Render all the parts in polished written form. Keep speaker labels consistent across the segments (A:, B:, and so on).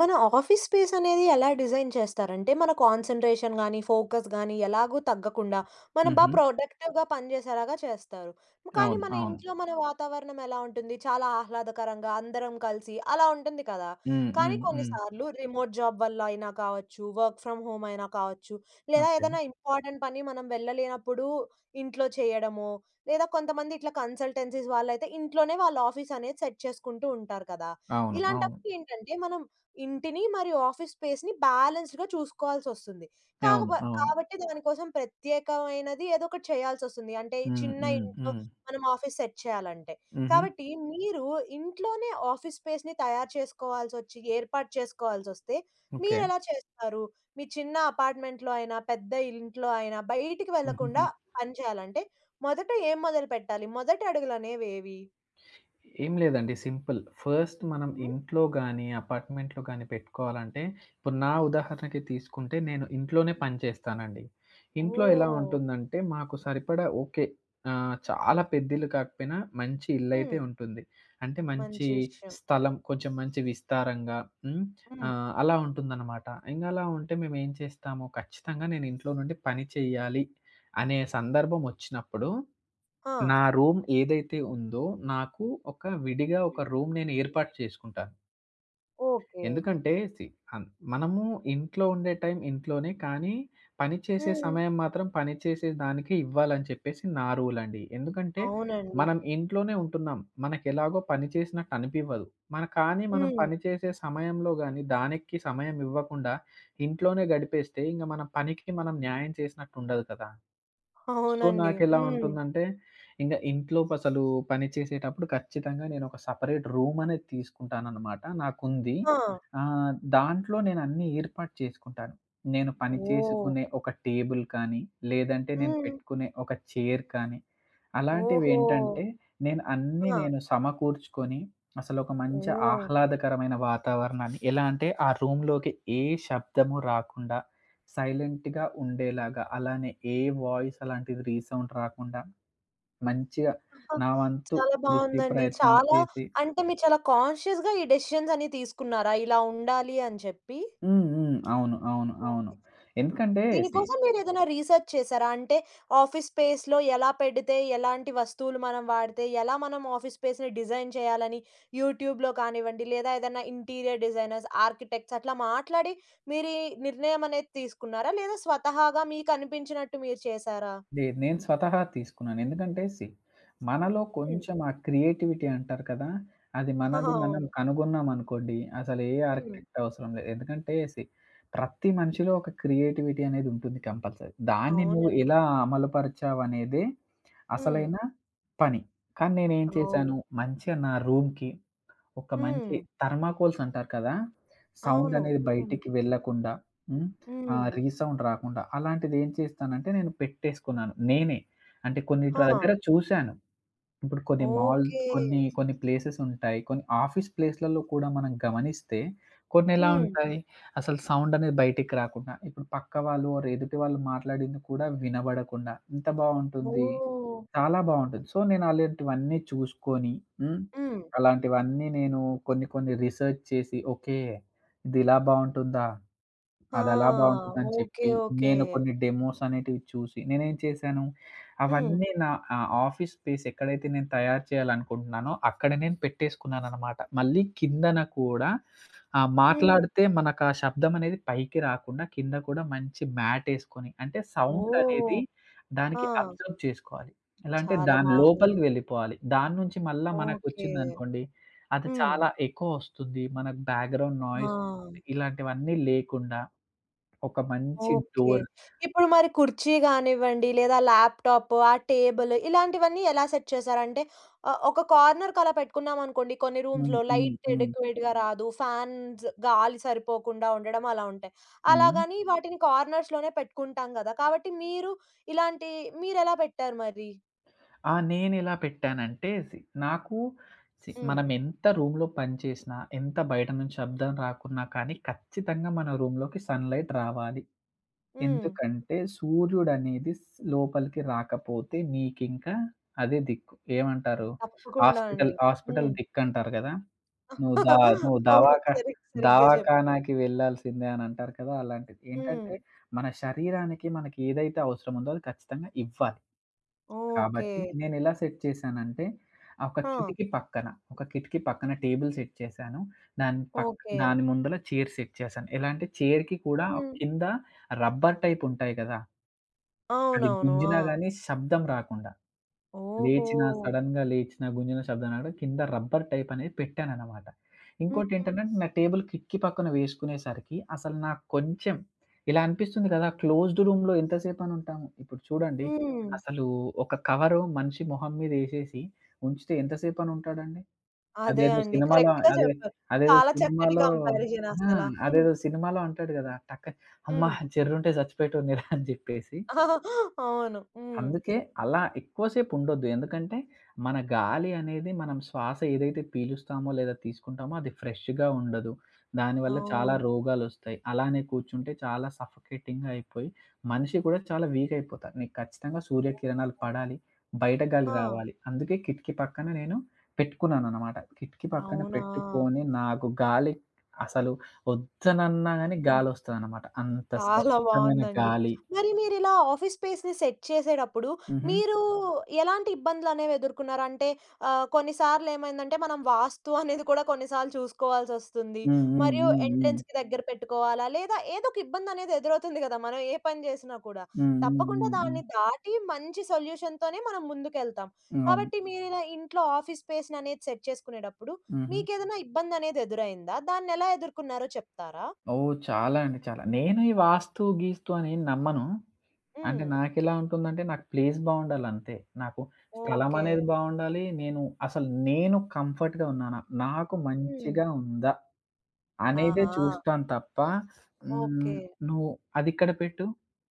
A: మన office space అనేది ఎలా డిజైన్ చేస్తారంటే, మన కాన్సంట్రేషన్ గానీ, ఫోకస్ గానీ ఎలాగూ తగ్గకుండా, మనం బా
B: హుహు.
A: ప్రొడక్టివ్‌గా పనిచేసేలాగా చేస్తారు. కానీ
B: అవును.
A: మన
B: అవును.
A: ఇంట్లో మన వాతావరణం ఎలా ఉంటుంది? చాలా ఆహ్లాదకరంగా అందరం కలిసి అలా ఉంటుంది కదా!
B: హ్మ్.
A: కానీ
B: హ్మ్. హ్మ్.
A: కొన్నిసార్లు రిమోట్ జాబ్ వల్ల అయినా కావచ్చు, వర్క్ ఫ్రమ్ హోమ్ అయినా కావచ్చు, లేదా
B: ఓకే.
A: ఏదైనా ఇంపార్టెంట్ పని మనం వెళ్ళలేనప్పుడు ఇంట్లో చేయడమో, లేదా కొంతమంది ఇట్లా కన్సల్టెన్సీస్ వాళ్ళైతే ఇంట్లోనే వాళ్ళ ఆఫీస్ అనేది సెట్ చేసుకుంటూ ఉంటారు కదా!
B: అవును. అవును.
A: ఇలాంటప్పుడు ఏంటంటే మనం ఇంటిని మరియు ఆఫీస్ స్పేస్‌ని బ్యాలెన్స్డ్‌గా చూసుకోవాల్సొస్తుంది.
B: అవును. అవును.
A: కాబట్టి దానికోసం ప్రత్యేకమైనది ఏదో ఒకటి చేయాల్సొస్తుంది. అంటే
B: హ్మ్.
A: చిన్న
B: హ్మ్.
A: ఇంట్లో
B: హ్మ్.
A: మనం ఆఫీస్ సెట్ చేయాలంటే.
B: హుహు.
A: కాబట్టి మీరు ఇంట్లోనే ఆఫీస్ స్పేస్‌ని తయారు చేసుకోవాల్సొచ్చి, ఏర్పాటు చేసుకోవాల్సొస్తే
B: ఓకే.
A: మీరెలా చేస్తారు? మీ చిన్న అపార్ట్‌మెంట్‌లో అయినా, పెద్ద ఇంట్లో అయినా బయటికి
B: హుహుహు.
A: వెళ్ళకుండా పని చేయాలంటే మొదట ఏం మొదలుపెట్టాలి? మొదటి అడుగులనేవేవి?
B: ఏం లేదండి. సింపుల్. ఫస్ట్ మనం
A: హుహు.
B: ఇంట్లో గాని, అపార్ట్‌మెంట్‌లో గాని పెట్టుకోవాలంటే, ఇప్పుడు నా ఉదాహరణకి తీసుకుంటే నేను ఇంట్లోనే పని చేస్తానండి. ఇంట్లో ఎలా
A: ఓహ్!
B: ఉంటుందంటే, మాకు సరిపడా ఓకే. చాలా పెద్ద ఇల్లు కాకపోయినా మంచి ఇల్లయితే
A: హ్మ్.
B: ఉంటుంది. అంటే మంచి
A: మంచి విషయం.
B: స్థలం, కొంచెం మంచి విస్తారంగా హ్మ్.
A: హ్మ్.
B: అలా ఉంటుందనమాట. ఇంగ అలా ఉంటే మేమేం చేస్తాము, ఖచ్చితంగా నేను ఇంట్లో నుండి పని చేయాలి అనే సందర్భం వచ్చినప్పుడు
A: ఆ!
B: నా రూమ్ ఏదైతే ఉందో, నాకు ఒక విడిగా ఒక రూమ్ నేను ఏర్పాటు చేసుకుంటాను.
A: ఓకే.
B: ఎందుకంటే సీ అన్ మనము ఇంట్లో ఉండే టైం ఇంట్లోనే, కానీ పని చేసే
A: హ్మ్.
B: సమయం మాత్రం పని చేసే దానికే ఇవ్వాలని చెప్పేసి నా రూల్ అండి. ఎందుకంటే
A: అవునండి.
B: మనం ఇంట్లోనే ఉంటున్నాం. మనకెలాగో పని చేసినట్టు అనిపివ్వదు. కానీ మనం
A: హ్మ్.
B: పని చేసే సమయంలో గాని, దానికి సమయం ఇవ్వకుండా ఇంట్లోనే గడిపేస్తే ఇంక మన పనికి మనం న్యాయం చేసినట్టు ఉండదు కదా! సో,
A: అవునండి.
B: నాకెలా
A: హ్మ్.
B: ఉంటుందంటే, ఇంగ ఇంట్లో అసలు పని చేసేటప్పుడు ఖచ్చితంగా నేనొక సెపరేట్ రూమనేది తీసుకుంటాననమాట. నాకుంది.
A: ఆ!
B: దాంట్లో నేనన్నీ ఏర్పాటు చేసుకుంటాను. నేను పని
A: ఓహ్!
B: చేసుకునే ఒక టేబుల్ కానీ, లేదంటే నేను
A: హ్మ్.
B: పెట్టుకునే ఒక చైర్ కానీ,
A: ఓహో!
B: అలాంటివేంటంటే,
A: ఆ!
B: నేను సమకూర్చుకొని, అసలొక మంచి
A: ఓహ్!
B: ఆహ్లాదకరమైన వాతావరణాన్ని ఎలా అంటే, ఆ రూమ్‌లోకి ఏ శబ్దము రాకుండా సైలెంట్‌గా ఉండేలాగా. అలానే ఏ వాయిస్ అలాంటిది రీసౌండ్ రాకుండా మంచిగా
A: ఆహా!
B: నా వంతు
A: చాలా
B: కృషి
A: బావుందండి.
B: ప్రయత్నం
A: చాలా
B: చేసి
A: అంటే మీరు చాలా కాన్షియస్‌గా ఈ డెసిషన్స్ అన్ని తీసుకున్నారా? ఇలా ఉండాలి అని చెప్పి?
B: హ్మ్. హ్మ్. అవును. అవును. అవును.
A: ఓకే.
B: ఎందుకంటే సి
A: దీనికోసం మీరేదైనా రీసెర్చ్ చేసారా? అంటే ఆఫీస్ స్పేస్‌లో ఎలా పెడితే, ఎలాంటి వస్తువులు మనం వాడితే, ఎలా మనం ఆఫీస్ స్పేస్‌ని డిజైన్ చేయాలని యూట్యూబ్‌లో కానివ్వండి, లేదా ఏదైనా ఇంటీరియర్ డిజైనర్స్, ఆర్కిటెక్ట్స్ అట్లా మాట్లాడి మీరీ నిర్ణయం అనేది తీసుకున్నారా? లేదా స్వతహాగా మీకనిపించినట్టు మీరు చేసారా?
B: లేదు. నేను స్వతహా తీసుకున్నాను. ఎందుకంటే మనలో
A: హ్మ్.
B: కొంచెం ఆ క్రియేటివిటీ అంటారు కదా! అది మనది మనం
A: అవును.
B: కనుగొన్నామనుకోండి, అసలు ఏ
A: హ్మ్.
B: ఆర్కిటెక్ట్ అవసరం లేదు. ఎందుకంటే ప్రతి మనిషిలో ఒక క్రియేటివిటీ అనేది ఉంటుంది కంపల్సరీ. దాన్ని నువ్వు
A: అవునండి.
B: ఎలా అమలుపరిచావనేదే
A: హ్మ్.
B: అసలైన పని. కానీ నేనేం
A: అవును.
B: చేశాను, మంచిగా నా రూమ్‌కి ఒక
A: హ్మ్.
B: మంచి థర్మాకోల్స్ అంటారు కదా! సౌండ్
A: అవును.
B: అనేది
A: హ్మ్.
B: బయటికి వెళ్ళకుండా హ్మ్.
A: హ్మ్.
B: రీసౌండ్ రాకుండా అలాంటిది ఏం చేస్తానంటే నేను పెట్టేసుకున్నాను. నేనే అంటే కొన్నిట్ల
A: ఆ!
B: దగ్గర చూశాను. ఇప్పుడు కొన్ని మాల్
A: ఓకే.
B: కొన్ని కొన్ని ప్లేసెస్ ఉంటాయి. కొన్ని ఆఫీస్ ప్లేస్‌లలో కూడా మనం గమనిస్తే కొన్ని ఎలా
A: హ్మ్.
B: ఉంటాయి. అసలు సౌండ్ అనేది బయటికి రాకుండా ఇప్పుడు పక్క వాళ్ళు ఆర్ ఎదుటి వాళ్ళు మాట్లాడింది కూడా వినబడకుండా ఎంత బావుంటుంది.
A: ఓహ్!
B: చాలా బావుంటుంది. సో, నేను అలాంటివన్నీ చూసుకొని, హ్మ్.
A: హ్మ్.
B: అలాంటివన్నీ నేను కొన్ని కొన్ని రిసర్చ్ చేసి, ఓకే. ఇది ఇలా బావుంటుందా?
A: ఆ!
B: అదలా బావుంటుందని
A: ఓకే.
B: చెప్పి,
A: ఓకే.
B: నేను కొన్ని డెమోస్ అనేటివి చూసి, నేనేం చేశాను,
A: హ్మ్.
B: అవన్నీ నా ఆఫీస్ స్పేస్ ఎక్కడైతే నేను తయారు చేయాలనుకుంటున్నానో, అక్కడ నేను పెట్టేసుకున్నాననమాట. మళ్ళీ కిందన కూడా
A: హ్మ్.
B: మాట్లాడితే మనకా శబ్దం అనేది పైకి రాకుండా, కింద కూడా మంచి మ్యాటేసుకొని, అంటే సౌండ్ అనేది
A: ఓహ్!
B: దానికి
A: ఆ!
B: అబ్జర్వ్ చేసుకోవాలి. ఎలా అంటే,
A: చాలా
B: దాని లోపలికి
A: బావుందండి.
B: వెళ్ళిపోవాలి. దాని నుంచి మళ్ళా
A: ఓకే.
B: మనకొచ్చిందనుకోండి, అది
A: హ్మ్.
B: చాలా ఎకో ఒస్తుంది. మనకు బ్యాక్‌గ్రౌండ్ నాయిస్
A: ఆ!
B: ఇలాంటివన్నీ లేకుండా ఒక మంచి
A: ఓకే.
B: డోర్.
A: ఇప్పుడు మరి కుర్చీ గానివ్వండి, లేదా ల్యాప్‌టాప్, ఆ టేబుల్ ఇలాంటివన్నీ ఎలా సెట్ చేశారంటే ఆహ్, ఒక కార్నర్‌కి అలా పెట్టుకున్నామనుకోండి కొన్ని
B: హ్మ్.
A: రూమ్స్‌లో
B: హ్మ్.
A: లైట్
B: హ్మ్.
A: అడెక్వేట్‌గా రాదు. ఫ్యాన్స్ గాలి సరిపోకుండా ఉండడం అలా ఉంటాయి.
B: హ్మ్.
A: అలాగని వాటిని కార్నర్స్‌లోనే పెట్టుకుంటాం గదా! కాబట్టి మీరు ఇలాంటి మీరెలా పెట్టారు మరి?
B: ఆ! నేనెలా పెట్టానంటే, సి నాకు సి
A: హ్మ్.
B: మనం ఎంత రూమ్‌లో పని చేసినా, ఎంత బయట నుంచి శబ్దం రాకున్నా కానీ ఖచ్చితంగా మన రూమ్‌లోకి సన్‌లైట్ రావాలి.
A: హ్మ్.
B: ఎందుకంటే సూర్యుడనేది లోపలికి రాకపోతే నీకింకా అదే దిక్కు. ఏమంటారు?
A: తప్పకుండా
B: హాస్పిటల్
A: అండి.
B: హాస్పిటల్
A: హ్మ్.
B: దిక్కంటారు కదా! నువ్వు దా నువ్వు
A: అవును.
B: దవాఖా
A: సరిగ్గా చెప్పారు.
B: దవాఖానాకి వెళ్ళాల్సిందే అనంటారు కదా! అలాంటిది.
A: హ్మ్.
B: ఏంటంటే, మన శరీరానికి మనకి ఏదైతే అవసరం ఉందో అది ఖచ్చితంగా ఇవ్వాలి.
A: ఓకే.
B: కాబట్టి నేనెలా సెట్ చేశానంటే, ఆ ఒక
A: ఆ!
B: కిటికీ పక్కన, ఒక కిటికీ పక్కన టేబుల్ సెట్ చేశాను. దాని పక్
A: ఓకే.
B: దాని ముందల చైర్ సెట్ చేశాను. ఎలా అంటే చైర్‌కి కూడా
A: హ్మ్.
B: కింద రబ్బర్ టైప్ ఉంటాయి కదా! అది
A: అవునవును. ఆ!
B: గుంజినా గాని శబ్దం రాకుండా.
A: ఓహో!
B: లేచినా, సడెన్‌గా లేచిన, గుంజిన శబ్దం రాడం. కింద రబ్బర్ టైప్ అనేది పెట్టాననమాట.
A: హ్మ్.
B: ఇంకోటేంటంటే, నా టేబుల్ కిటికీ పక్కన వేసుకునేసరికి అసలు నాకు కొంచెం ఇలా అనిపిస్తుంది కదా! క్లోజ్డ్ రూమ్‌లో ఎంత సేపని ఉంటాము. ఇప్పుడు చూడండి,
A: హ్మ్.
B: అసలు ఒక కవరు మనిషి మొహం మీదేసేసి ఉంచితే ఎంత సేపని ఉంటాడండి.
A: అదే
B: అదేదో
A: అండి.
B: సినిమాలో
A: కరెక్ట్‌గా
B: అదే
A: చెప్పారు.
B: అదేదో
A: చాలా చక్కటి
B: సినిమాలో
A: కంపారిజన్
B: ఆ!
A: అసల. హ్మ్.
B: అదేదో సినిమాలో అంటాడు గదా! "అమ్మ!
A: హ్మ్.
B: జర్రుంటే చచ్చిపోయేటోడినిరా" అని జెప్పేసి.
A: అవును. హ్మ్.
B: అందుకే అలా ఎక్కువ సేపుండొద్దు. ఎందుకంటే, మన గాలి అనేది మనం శ్వాస ఏదైతే పీలుస్తామో, లేదా తీసుకుంటామో అది ఫ్రెష్‌గా ఉండదు. దానివల్ల చాలా
A: అవును.
B: రోగాలొస్తాయి. అలానే కూర్చుంటే చాలా సఫకేటింగ్‌గా అయిపోయి, మనిషి కూడా చాలా వీక్ అయిపోతారు. నీకు ఖచ్చితంగా సూర్యకిరణాలు పడాలి. బయట గాలి
A: ఆ!
B: రావాలి. అందుకే కిటికీ పక్కన నేను పెట్టుకున్నాననమాట. కిటికీ పక్కన
A: అవునా!
B: పెట్టుకొని నాకు గాలి అసలు వద్దనన్నా గాని గాలొస్తదనమాట. అంత
A: చాలా
B: స్వచ్ఛమైన
A: బావుందండి.
B: గాలి.
A: మరి మీరిలా ఆఫీస్ స్పేస్‌ని సెట్ చేసేటప్పుడు,
B: హుహు.
A: మీరు ఎలాంటి ఇబ్బందులనేవి ఎదుర్కున్నారు? అంటే ఆహ్, కొన్నిసార్లు ఏమైందంటే, మనం వాస్తు అనేది కూడా కొన్నిసార్లు చూసుకోవాల్సొస్తుంది.
B: హ్మ్. హ్మ్.
A: మరియు
B: హ్మ్. హ్మ్.
A: ఎంట్రన్స్‌కి దగ్గర పెట్టుకోవాలా? లేదా ఏదో ఒక ఇబ్బందనేది ఎదురవుతుంది గదా! మనం ఏ పని జేసినా కూడా.
B: హ్మ్. హ్మ్.
A: తప్పకుండా
B: హ్మ్. హ్మ్.
A: దాన్ని దాటి మంచి సొల్యూషన్‌తోనే మనం ముందుకెళ్తాం.
B: అవును.
A: కాబట్టి మీరిలా ఇంట్లో ఆఫీస్ స్పేస్‌ననేది సెట్ చేసుకునేటప్పుడు,
B: హుహు.
A: మీకేదైనా ఇబ్బందనేది ఎదురైందా? దాన్నెలా ఎదుర్కొన్నారో చెప్తారా?
B: ఓహ్! చాలా అండి చాలా. నేను ఈ వాస్తు, గీస్తు అని ఏం నమ్మను. అంటే
A: హ్మ్.
B: నాకెలా ఉంటుందంటే నాకు ప్లేస్ బావుండాలంతే. నాకు స్థలం
A: ఓకే.
B: అనేది బావుండాలి. అసలు నేను కంఫర్ట్‌గా ఉన్నానా? నాకు
A: హ్మ్.
B: మంచిగా ఉందా? అనేదే
A: ఆహా!
B: చూస్తాను తప్ప హ్మ్.
A: ఓకే.
B: నువ్వు అదిక్కడ పెట్టు,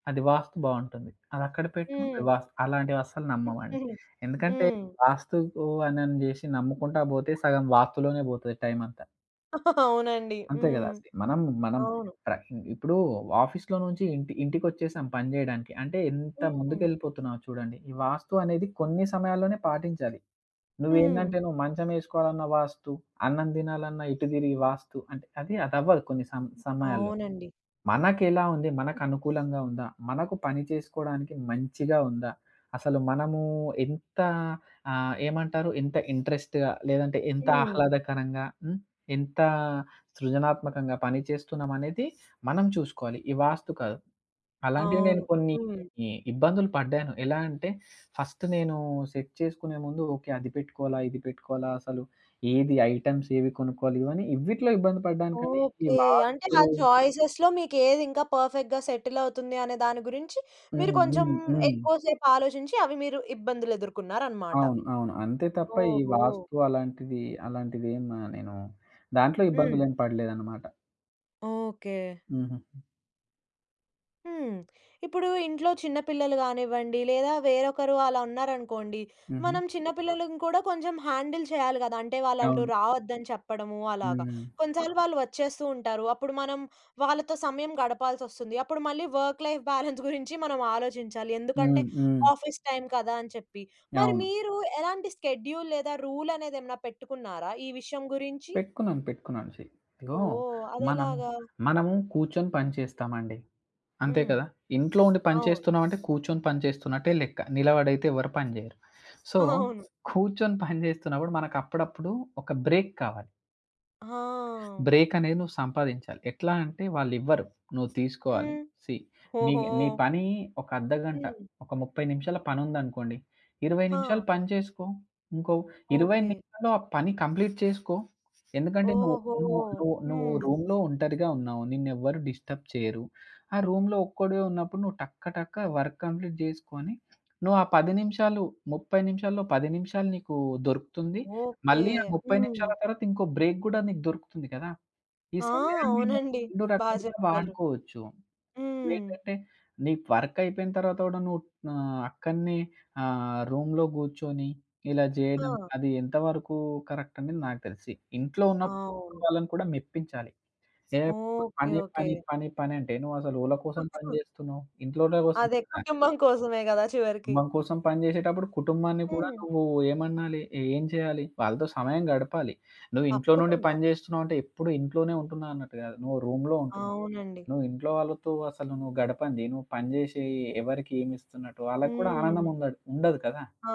B: అది వాస్తు బావుంటుంది. అదక్కడ పెట్టు, అది
A: హ్మ్.
B: వాస్తు అలాంటివి అస్సలు నమ్మమండి.
A: హ్మ్.
B: ఎందుకంటే
A: హ్మ్.
B: వాస్తుకు అనని జేసి నమ్ముకుంటా బోతే సగం వాస్తులోనే బోతది టైమంతా.
A: అవునండి.
B: అంతే గదా!
A: హ్మ్.
B: అసలు. మనం మనం
A: అవును.
B: ప్ర ఇప్పుడు ఆఫీస్‌లో నుంచి ఇంటికొచ్చేసాం పని జేయడానికి. అంటే ఎంత
A: హ్మ్.
B: ముందుకెళ్ళిపోతున్నామో చూడండి. ఈ వాస్తు అనేది కొన్ని సమయాల్లోనే పాటించాలి.
A: హ్మ్.
B: నువ్వేందంటే నువ్వు మంచం ఏసుకోవాలన్న వాస్తు, అన్నం దినాలన్నా ఇటు తిరిగి వాస్తు అంటే అది అదవ్వదు కొన్ని సమయాల్లో.
A: అవునండి.
B: మనకెలా ఉంది? మనకనుకూలంగా ఉందా? మనకు పని చేసుకోవడానికి మంచిగా ఉందా? అసలు మనము ఎంత ఏమంటారు? ఎంత ఇంట్రెస్ట్‌గా లేదంటే ఎంత
A: హ్మ్.
B: ఆహ్లాదకరంగా హ్మ్. ఎంత సృజనాత్మకంగా పని చేస్తున్నామనేది మనం చూసుకోవాలి. ఈ వాస్తు కాదు. అలాంటివి నేను
A: అవును.
B: కొన్ని
A: హ్మ్.
B: ఇబ్బందులు పడ్డాను. ఎలా అంటే ఫస్ట్ నేను సెట్ చేసుకునే ముందు ఓకే. అది పెట్టుకోవాలా? ఇది పెట్టుకోవాలా? అసలు ఏది ఐటెమ్స్ ఏవి కొనుక్కోవాలి? ఇవన్నీ ఇవిట్లో ఇబ్బంది పడ్డాను కానీ ఈ
A: ఓకే. అంటే
B: వాస్తు
A: ఆ చాయిసెస్‌లో మీకేది ఇంకా పర్ఫెక్ట్‌గా సెటిల్ అవుతుంది అనే దాని గురించి మీరు
B: హ్మ్.
A: కొంచెం
B: హ్మ్. హ్మ్.
A: ఎక్కువ సేపు ఆలోచించి అవి మీరు ఇబ్బందులు ఎదుర్కొన్నారనమాట.
B: అవును. అవును. అంతే తప్ప ఈ
A: ఓహో!
B: వాస్తు అలాంటిది, అలాంటిదేం నేను దాంట్లో
A: హ్మ్.
B: ఇబ్బందులేం పడలేదన్నమాట.
A: ఓకే.
B: హుహు.
A: హ్మ్. ఇప్పుడు ఇంట్లో చిన్న పిల్లలు గానివ్వండి, లేదా వేరొకరు అలా ఉన్నారనుకోండి,
B: హుహు.
A: మనం చిన్న పిల్లలను కూడా కొంచెం హ్యాండిల్ చేయాలి గదా! అంటే వాళ్ళు అటు
B: అవును.
A: రావద్దని చెప్పడము అలాగా.
B: హ్మ్.
A: కొన్నిసార్లు వాళ్ళు వచ్చేస్తూ ఉంటారు. అప్పుడు మనం వాళ్ళతో సమయం గడపాల్సొస్తుంది. అప్పుడు మళ్ళీ వర్క్ లైఫ్ బ్యాలెన్స్ గురించి మనం ఆలోచించాలి.
B: హ్మ్.
A: ఎందుకంటే
B: హ్మ్.
A: ఆఫీస్ టైం కదా! అని చెప్పి. మరి
B: అవును.
A: మీరు ఎలాంటి స్కెడ్యూల్ లేదా రూల్ అనేదేమన్నా పెట్టుకున్నారా ఈ విషయం గురించి?
B: పెట్టుకున్నాను. పెట్టుకున్నాను. ఇదిగో
A: ఓహ్!
B: మనము,
A: అదెలాగా?
B: మనము కూర్చొని పని చేస్తామండి. అంతే
A: హ్మ్.
B: కదా! ఇంట్లో ఉండి పని
A: అవును.
B: చేస్తున్నామంటే కూర్చొని పని చేస్తున్నట్టే లెక్క. నిలబడైతే ఎవరు పని చేయరు. సో,
A: అవును.
B: కూర్చొని పని చేస్తున్నప్పుడు మనకు అప్పుడప్పుడు ఒక బ్రేక్ కావాలి.
A: ఆ!
B: బ్రేక్ అనేది నువ్వు సంపాదించాలి. ఎట్లా అంటే వాళ్ళివ్వరు. నువ్వు తీసుకోవాలి.
A: హ్మ్.
B: సీ నీ
A: ఓహో!
B: నీ పని ఒక అర్ధగంట,
A: హ్మ్.
B: ఒక 30 నిమిషాల పనుందనుకోండి. 20
A: ఆ!
B: నిమిషాలు పని చేసుకో. ఇంకో 20
A: ఓకే.
B: నిమిషాల్లో ఆ పని కంప్లీట్ చేసుకో. ఎందుకంటే నువ్వు
A: ఓహో!
B: నువ్వు నువ్వు నువ్వు
A: హ్మ్.
B: రూమ్‌లో ఒంటరిగా ఉన్నావు. నిన్నెవ్వరు డిస్టర్బ్ చేయరు. ఆ రూమ్‌లో ఒక్కడివే ఉన్నప్పుడు నువ్వు టక్క టక్క వర్క్ కంప్లీట్ చేసుకొని, నువ్వు ఆ 10 నిమిషాలు, 30 నిమిషాల్లో 10 నిమిషాలు నీకు దొరుకుతుంది.
A: ఓకే.
B: మళ్ళీ ఆ 30
A: హ్మ్.
B: నిమిషాల తర్వాత ఇంకో బ్రేక్ గూడా నీకు దొరుకుతుంది కదా! ఈ
A: ఆ!
B: సమయాన్ని నువ్వు
A: అవునండి.
B: 2
A: బా
B: రకాలుగా
A: చెప్పారు.
B: వాడుకోవచ్చు.
A: హ్మ్.
B: నువ్వేంటంటే, నీ వర్క్ అయిపోయిన తర్వాత కూడా నువ్వు అక్కడనే రూమ్‌లో కూర్చొని ఇలా జేయడం
A: ఆ!
B: అది ఎంతవరకు కరెక్ట్ అనేది నాకు తెలిసి. ఇంట్లో ఉన్నప్పుడు ఇంట్లో
A: అవును.
B: వాళ్ళని కూడా మెప్పించాలి. ఎప్పుడు
A: ఓకే.
B: పని,
A: ఓకే.
B: పని, పని, పని అంటే నువ్వసలు ఎవళ్ళ కోసం పని జేస్తున్నావు? ఇంట్లోళ్ళ కోసం
A: అదే
B: కదా!
A: కుటుంబం కోసమే గదా! చివరికి.
B: కుటుంబం కోసం పని చేసేటప్పుడు కుటుంబాన్ని కూడా
A: హ్మ్.
B: నువ్వు ఏమనాలి? ఏం చేయాలి? వాళ్ళతో సమయం గడపాలి. నువ్వు ఇంట్లో నుండి
A: తప్పకుండా.
B: పని చేస్తున్నావంటే ఎప్పుడు ఇంట్లోనే ఉంటున్నా అన్నట్టు కాదు. నువ్వు రూమ్‌లో ఉంటున్నావు.
A: అవునండి.
B: నువ్వు ఇంట్లో వాళ్ళతో అసలు నువ్వు గడపంది. నువ్వు పని చేసి ఎవరికి ఏమి ఇస్తున్నట్టు వాళ్ళకి కూడా ఆనందం
A: హ్మ్.
B: ఉండదు ఉండదు కదా!
A: ఆ!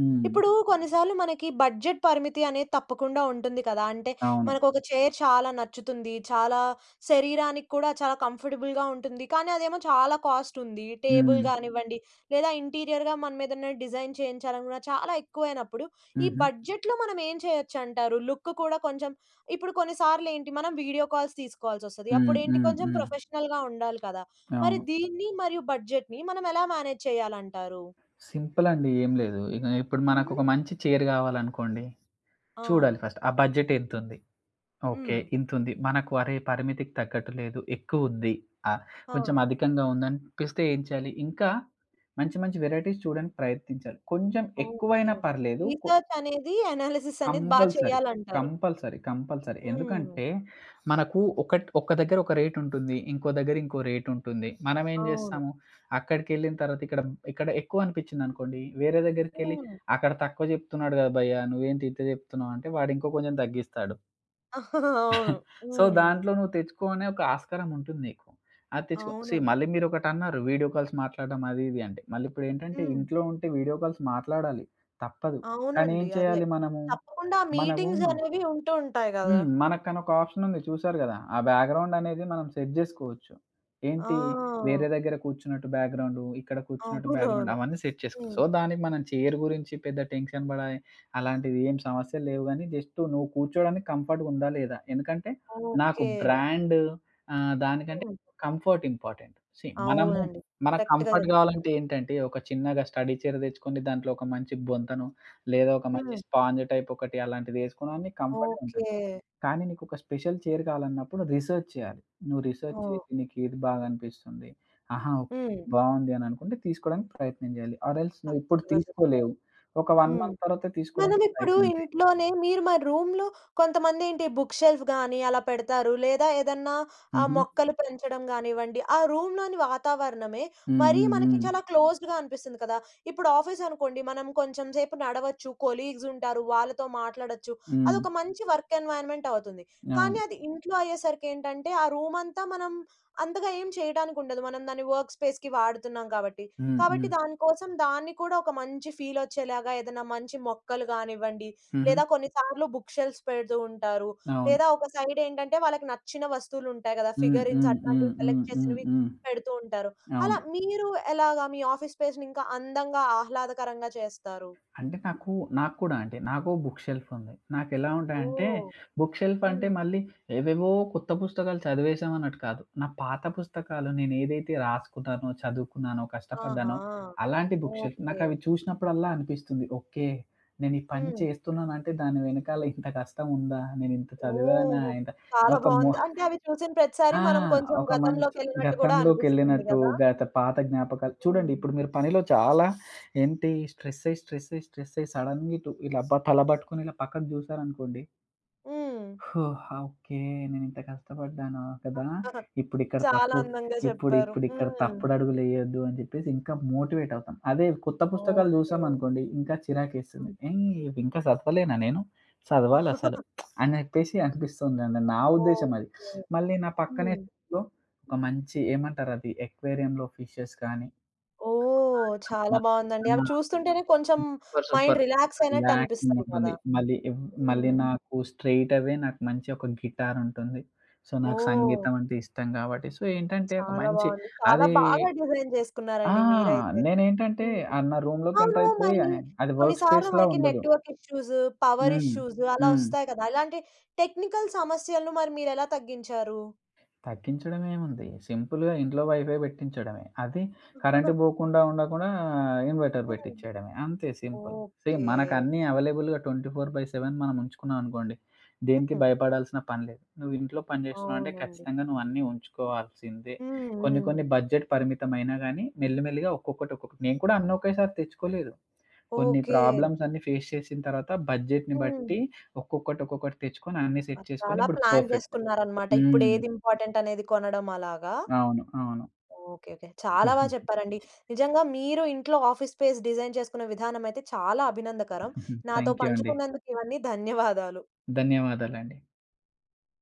B: హ్మ్.
A: ఇప్పుడు కొన్నిసార్లు మనకి బడ్జెట్ పరిమితి అనేది తప్పకుండా ఉంటుంది కదా! అంటే
B: అవును.
A: మనకొక చైర్ చాలా నచ్చుతుంది. చాలా శరీరానికి కూడా చాలా కంఫర్టబుల్‌గా ఉంటుంది. కానీ అదేమో చాలా కాస్ట్ ఉంది. టేబుల్
B: హ్మ్.
A: కానివ్వండి, లేదా ఇంటీరియర్‌గా మనం ఏదైనా డిజైన్ చేయించాలనుకున్న చాలా ఎక్కువైనప్పుడు ఈ
B: హుహు.
A: బడ్జెట్‌లో మనం ఏం చేయొచ్చంటారు? లుక్ కూడా కొంచెం ఇప్పుడు కొన్నిసార్లు ఏంటి మనం వీడియో కాల్స్ తీసుకోవాల్సొస్తది.
B: హ్మ్.
A: అప్పుడేంటి
B: హ్మ్.
A: కొంచెం
B: హ్మ్.
A: ప్రొఫెషనల్‌గా ఉండాలి కదా! మరి
B: అవును.
A: దీన్ని మరియు బడ్జెట్‌ని మనం ఎలా మేనేజ్ చేయాలంటారు?
B: సింపుల్ అండి. ఏం లేదు. ఇక ఇప్పుడు
A: హుహు.
B: మనకొక మంచి చైర్ కావాలనుకోండి, చూడాలి
A: అవును.
B: ఫస్ట్ ఆ బడ్జెట్ ఎంతుంది? ఓకే.
A: హ్మ్.
B: ఇంతుంది. మనకు అరే! పరిమితికి తగ్గట్టు లేదు. ఎక్కువుంది. ఆహ్,
A: ఆ!
B: కొంచెం అధికంగా ఉందనిపిస్తే ఏం చేయాలి? ఇంకా మంచి మంచి వెరైటీస్ చూడడానికి ప్రయత్నించాలి. కొంచెం
A: ఓకే.
B: ఎక్కువైనా పర్లేదు.
A: రీసెర్చ్ అనేది, అనాలిసిస్ అనేది బా
B: కంపల్సరీ.
A: చేయాలంటారు.
B: కంపల్సరీ. కంపల్సరీ.
A: హ్మ్.
B: ఎందుకంటే మనకు ఒక దగ్గర ఒక రేట్ ఉంటుంది. ఇంకో దగ్గర ఇంకో రేట్ ఉంటుంది. మనం ఏం
A: అవును.
B: చేస్తాము? అక్కడికెళ్ళిన తర్వాత ఇక్కడ ఎక్కువ అనిపించిందనుకోండి, వేరే దగ్గరికెళ్ళి
A: హ్మ్.
B: అక్కడ తక్కువ చెప్తున్నాడు కదా! భయ్యా! నువ్వేంటి ఇంత చెప్తున్నావు? అంటే వాడు ఇంకో కొంచెం తగ్గిస్తాడు.
A: అవును.
B: సో,
A: హ్మ్.
B: దాంట్లో నువ్వు తెచ్చుకో అనే ఒక ఆస్కారం ఉంటుంది నీకు. అది తెచ్చుకో
A: అవునండి.
B: మళ్ళీ మీరొకటన్నారు వీడియో కాల్స్ మాట్లాడడం అది ఇది అంటే. మళ్ళీ ఇప్పుడేంటంటే
A: హ్మ్.
B: ఇంట్లో ఉంటే వీడియో కాల్స్ మాట్లాడాలి. తప్పదు. కానీ
A: అవునండి.
B: ఏం
A: అదే.
B: చేయాలి మనము?
A: తప్పకుండా ఆ
B: మనము
A: మీటింగ్స్ అనేవి ఉంటూ ఉంటాయి గదా!
B: హ్మ్. మనకనొక ఆప్షన్ ఉంది చూసారు గదా! ఆ బ్యాక్‌గ్రౌండ్ అనేది మనం సెట్ జేసుకోవచ్చు. ఏంటి
A: ఆ!
B: వేరే దగ్గర కూర్చున్నట్టు బ్యాక్‌గ్రౌండు, ఇక్కడ కూర్చున్నట్టు బ్యాక్‌గ్రౌండ్
A: అవునవును.
B: అవన్నీ సెట్ చేసుకో.
A: హ్మ్.
B: సో, దానికి మనం చైర్ గురించి పెద్ద టెన్షన్ బడే అలాంటివి ఏం సమస్యలు లేవు గానీ, జస్ట్ నువ్వు కూర్చోడానికి కంఫర్ట్‌గుందా లేదా? ఎందుకంటే నాకు
A: ఓకే.
B: బ్రాండ్ దానికంటే
A: హ్మ్.
B: Comfort important. మనము హ్మ్.
A: అవునండి.
B: మనకు
A: కరెక్ట్‌గా
B: కంఫర్ట్
A: చెప్పారు.
B: గావాలంటే ఏంటంటే ఒక చిన్నగా స్టడీ చైర్ తెచ్చుకొని దాంట్లో ఒక మంచి బొంతనో, లేదా ఒక మంచి
A: హ్మ్.
B: స్పాంజ్ టైప్ ఒకటి అలాంటిదేసుకున్నా నీకు కంఫర్ట్‌గా ఉంటుంది.
A: ఓకే.
B: కానీ నీకొక స్పెషల్ చైర్ కావాలన్నప్పుడు రిసర్చ్ చేయాలి. నువ్వు
A: ఆ!
B: రిసర్చ్ చేసి నీకేది బాగా అనిపిస్తుంది. ఆహా! ఓకే.
A: హ్మ్.
B: బావుంది అని అనుకుంటే తీసుకోవడానికి ప్రయత్నం చేయాలి. ఆర్ ఎల్స్ నువ్వు ఇప్పుడు
A: చక్కగా చెప్పారు.
B: తీసుకోలేవు. ఒక 1
A: హ్మ్.
B: మంత్ తర్వాత తీసుకోవడానికి
A: మనమిప్పుడు
B: ప్రయత్నం చేయి.
A: ఇంట్లోనే మీరు మరి రూమ్‌లో కొంతమందేంటి బుక్ షెల్ఫ్ గాని అలా పెడతారు. లేదా ఏదన్నా ఆహ్,
B: హుహు.
A: మొక్కలు పెంచడం గానివ్వండి, ఆ రూమ్‌లోని వాతావరణమే
B: హ్మ్.
A: మరీ
B: హ్మ్.
A: మనకి
B: హ్మ్.
A: చాలా క్లోజ్డ్‌గా అనిపిస్తుంది కదా! ఇప్పుడు ఆఫీస్ అనుకోండి మనం కొంచెం సేపు నడవచ్చు, కొలీగ్స్ ఉంటారు, వాళ్ళతో మాట్లాడొచ్చు.
B: హ్మ్.
A: అదొక మంచి వర్క్ ఎన్వైర్న్‌మెంట్ అవుతుంది. కానీ
B: అవును.
A: అది ఇంట్లో అయ్యేసరికేంటంటే, ఆ రూమంతా మనం అంతగా ఏం చేయటానికుండదు. మనం దాన్ని వర్క్ స్పేస్‌కి వాడుతున్నాం కాబట్టి.
B: హ్మ్.
A: కాబట్టి
B: హ్మ్.
A: దానికోసం దాన్ని కూడా ఒక మంచి ఫీలొచ్చేలాగా ఏదైనా మంచి మొక్కలు గానివ్వండి,
B: హుహు.
A: లేదా కొన్నిసార్లు బుక్ షెల్ఫ్స్ పెడుతూ ఉంటారు.
B: అవును.
A: లేదా ఒక సైడ్ ఏంటంటే వాళ్ళకి నచ్చిన వస్తువులుంటాయి గదా!
B: హ్మ్.
A: ఫిగరిన్స్
B: హ్మ్. హ్మ్.
A: అట్లాంటివి
B: హ్మ్.
A: సెలెక్ట్
B: హ్మ్.
A: చేసినవి
B: హ్మ్.
A: పెడుతూ ఉంటారు.
B: అవును.
A: అలా మీరు ఎలాగా మీ ఆఫీస్ స్పేస్‌ని ఇంకా అందంగా, ఆహ్లాదకరంగా చేస్తారు?
B: అంటే నాకు నాకు కూడా అంటే నాకు బుక్ షెల్ఫ్ ఉంది. నాకెలా ఉంటాయంటే
A: ఓహ్!
B: బుక్ షెల్ఫ్ అంటే
A: హ్మ్.
B: మళ్ళీ ఏవేవో కొత్త పుస్తకాలు చదివేశాం అన్నట్టు కాదు. నా పాత పుస్తకాలు నేనేదైతే రాసుకున్నానో, చదువుకున్నానో,
A: ఆహా!
B: కష్టపడ్డానో అలాంటి బుక్ షెల్ఫ్.
A: ఓకే.
B: నాకవి చూసినప్పుడల్లా అనిపిస్తుంది. ఓకే. నేను ఈ పని
A: హ్మ్.
B: చేస్తున్నానంటే దాని వెనకాల ఇంత కష్టం ఉందా? నేనింత చదివానా?
A: ఓహో!
B: ఇంత
A: చాలా
B: ఒక మొ
A: బావుంది. అంటే అవి చూసిన ప్రతిసారి
B: ఆ!
A: మనం కొంచెం
B: ఒక మంచి
A: గతంలోకెళ్ళినట్టు గూడా అనిపిస్తుంది
B: గతంలోకెళ్ళినట్టు,
A: గదా!
B: గత పాత జ్ఞాపకాలు చూడండి
A: హ్మ్.
B: ఇప్పుడు మీరు పనిలో చాలా ఏంటి స్ట్రెస్ అయ్యి, స్ట్రెస్ అయ్యి, స్ట్రెస్ అయ్యి సడెన్‌గా ఇటు ఇలా తల పట్టుకొని ఇలా పక్కకు చూసారనుకోండి,
A: హ్మ్.
B: ఓహ్! ఓకే. నేనింత కష్టపడ్డాను కదా! ఇప్పుడిక్కడ
A: చాలా
B: తప్పు
A: అందంగా చెప్పారు.
B: ఇప్పుడిక్కడ
A: హ్మ్.
B: తప్పుడడుగులెయ్యొద్దు అని చెప్పేసి ఇంకా మోటివేట్ అవుతాం. అదే కొత్త పుస్తకాలు
A: ఓకే.
B: చూసామనుకోండి ఇంకా చిరాకేస్తుంది.
A: హ్మ్.
B: ఏయ్! ఇవింకా చదవలేనా నేను? చదవాలసలు అని చెప్పేసి అనిపిస్తుందండి. నా ఉద్దేశ్యం అది.
A: ఓకే.
B: మళ్ళీ నా పక్కనే
A: హ్మ్.
B: షెల్ఫ్‌లో ఒక మంచి ఏమంటారది ఎక్వేరియంలో ఫిషెస్ కానీ ఆ!
A: ఓహ్!
B: ఇట్లా మ
A: చాలా బావుందండి. అవి
B: ఆ!
A: చూస్తుంటేనే కొంచెం
B: సూపర్.
A: Mind
B: super.
A: రిలాక్స్ అయినట్టు
B: రిలాక్సింగ్
A: అనిపిస్తది
B: ఉంటుంది.
A: కదా!
B: మళ్ళీ
A: హ్మ్.
B: హ్మ్. నాకు స్ట్రెయిట్ అవే నాకు మంచి ఒక గిటార్ ఉంటుంది. సో, నాకు
A: ఓహ్!
B: సంగీతం అంటే ఇష్టం కాబట్టి, సో, ఏంటంటే ఒక
A: చాలా
B: మంచి
A: బావుంది. చాలా
B: అది
A: బాగా డిజైన్
B: ఆ!
A: చేసుకున్నారండి మీరైతే.
B: నేనేంటంటే,
A: హ్మ్.
B: ఆ! నా రూమ్‌లోకి
A: అవును.
B: ఎంటర్ అయితే
A: మరి
B: అది
A: కొన్ని
B: వర్క్
A: సార్లు
B: స్పేస్‌లా
A: మనకి
B: ఉండదు.
A: నెట్‌వర్క్ ఇష్యూస్, పవర్
B: హ్మ్.
A: ఇష్యూస్ అలా
B: హ్మ్.
A: వస్తాయి కదా! ఇలాంటి టెక్నికల్ సమస్యలను మరి మీరెలా తగ్గించారు?
B: తగ్గించడం ఏముంది? సింపుల్‌గా ఇంట్లో వైఫై పెట్టించడమే. అది కరెంట్ పోకుండా ఉండకుండా ఇన్వర్టర్
A: హ్మ్.
B: పెట్టించేయడమే. అంతే సింపుల్. Same
A: okay.
B: మనకు అన్నీ అవైలబుల్‌గా 24/7 మనం ఉంచుకున్నాం అనుకోండి. దేనికి
A: హ్మ్.
B: భయపడాల్సిన పని లేదు. నువ్వు ఇంట్లో పని చేస్తున్నావంటే
A: అవునండి.
B: ఖచ్చితంగా నువ్వు అన్నీ ఉంచుకోవాల్సిందే.
A: హ్మ్.
B: కొన్ని
A: హ్మ్.
B: కొన్ని బడ్జెట్ పరిమితమైనా గానీ మెల్లిమెల్లిగా ఒక్కొక్కటి ఒక్కొక్కటి నేను కూడా అన్నీ ఒకేసారి తెచ్చుకోలేదు. కొన్ని
A: ఓకే.
B: ప్రాబ్లమ్స్ అన్నీ ఫేస్ చేసిన తర్వాత బడ్జెట్‌ని బట్టి
A: హ్మ్.
B: ఒక్కొక్కటి ఒక్కొక్కటి తెచ్చుకొని అన్నీ సెట్
A: అది
B: చేసుకొని
A: చాలా
B: ఇప్పుడు
A: ప్లాన్
B: పర్ఫెక్ట్.
A: చేసుకున్నారనమాట.
B: హ్మ్.
A: ఇప్పుడేది ఇంపార్టెంట్ అనేది కొనడం అలాగా?
B: అవును. అవును.
A: ఓకే. ఓకే. చాలా బా
B: హుహు.
A: చెప్పారండి. నిజంగా మీరు ఇంట్లో ఆఫీస్ స్పేస్ డిజైన్ చేసుకున్న విధానం అయితే చాలా అభినందకరం. నాతో
B: థ్యాంక్ యూ అండి.
A: పంచుకున్నందుకు ఇవన్నీ ధన్యవాదాలు.
B: ధన్యవాదాలండి.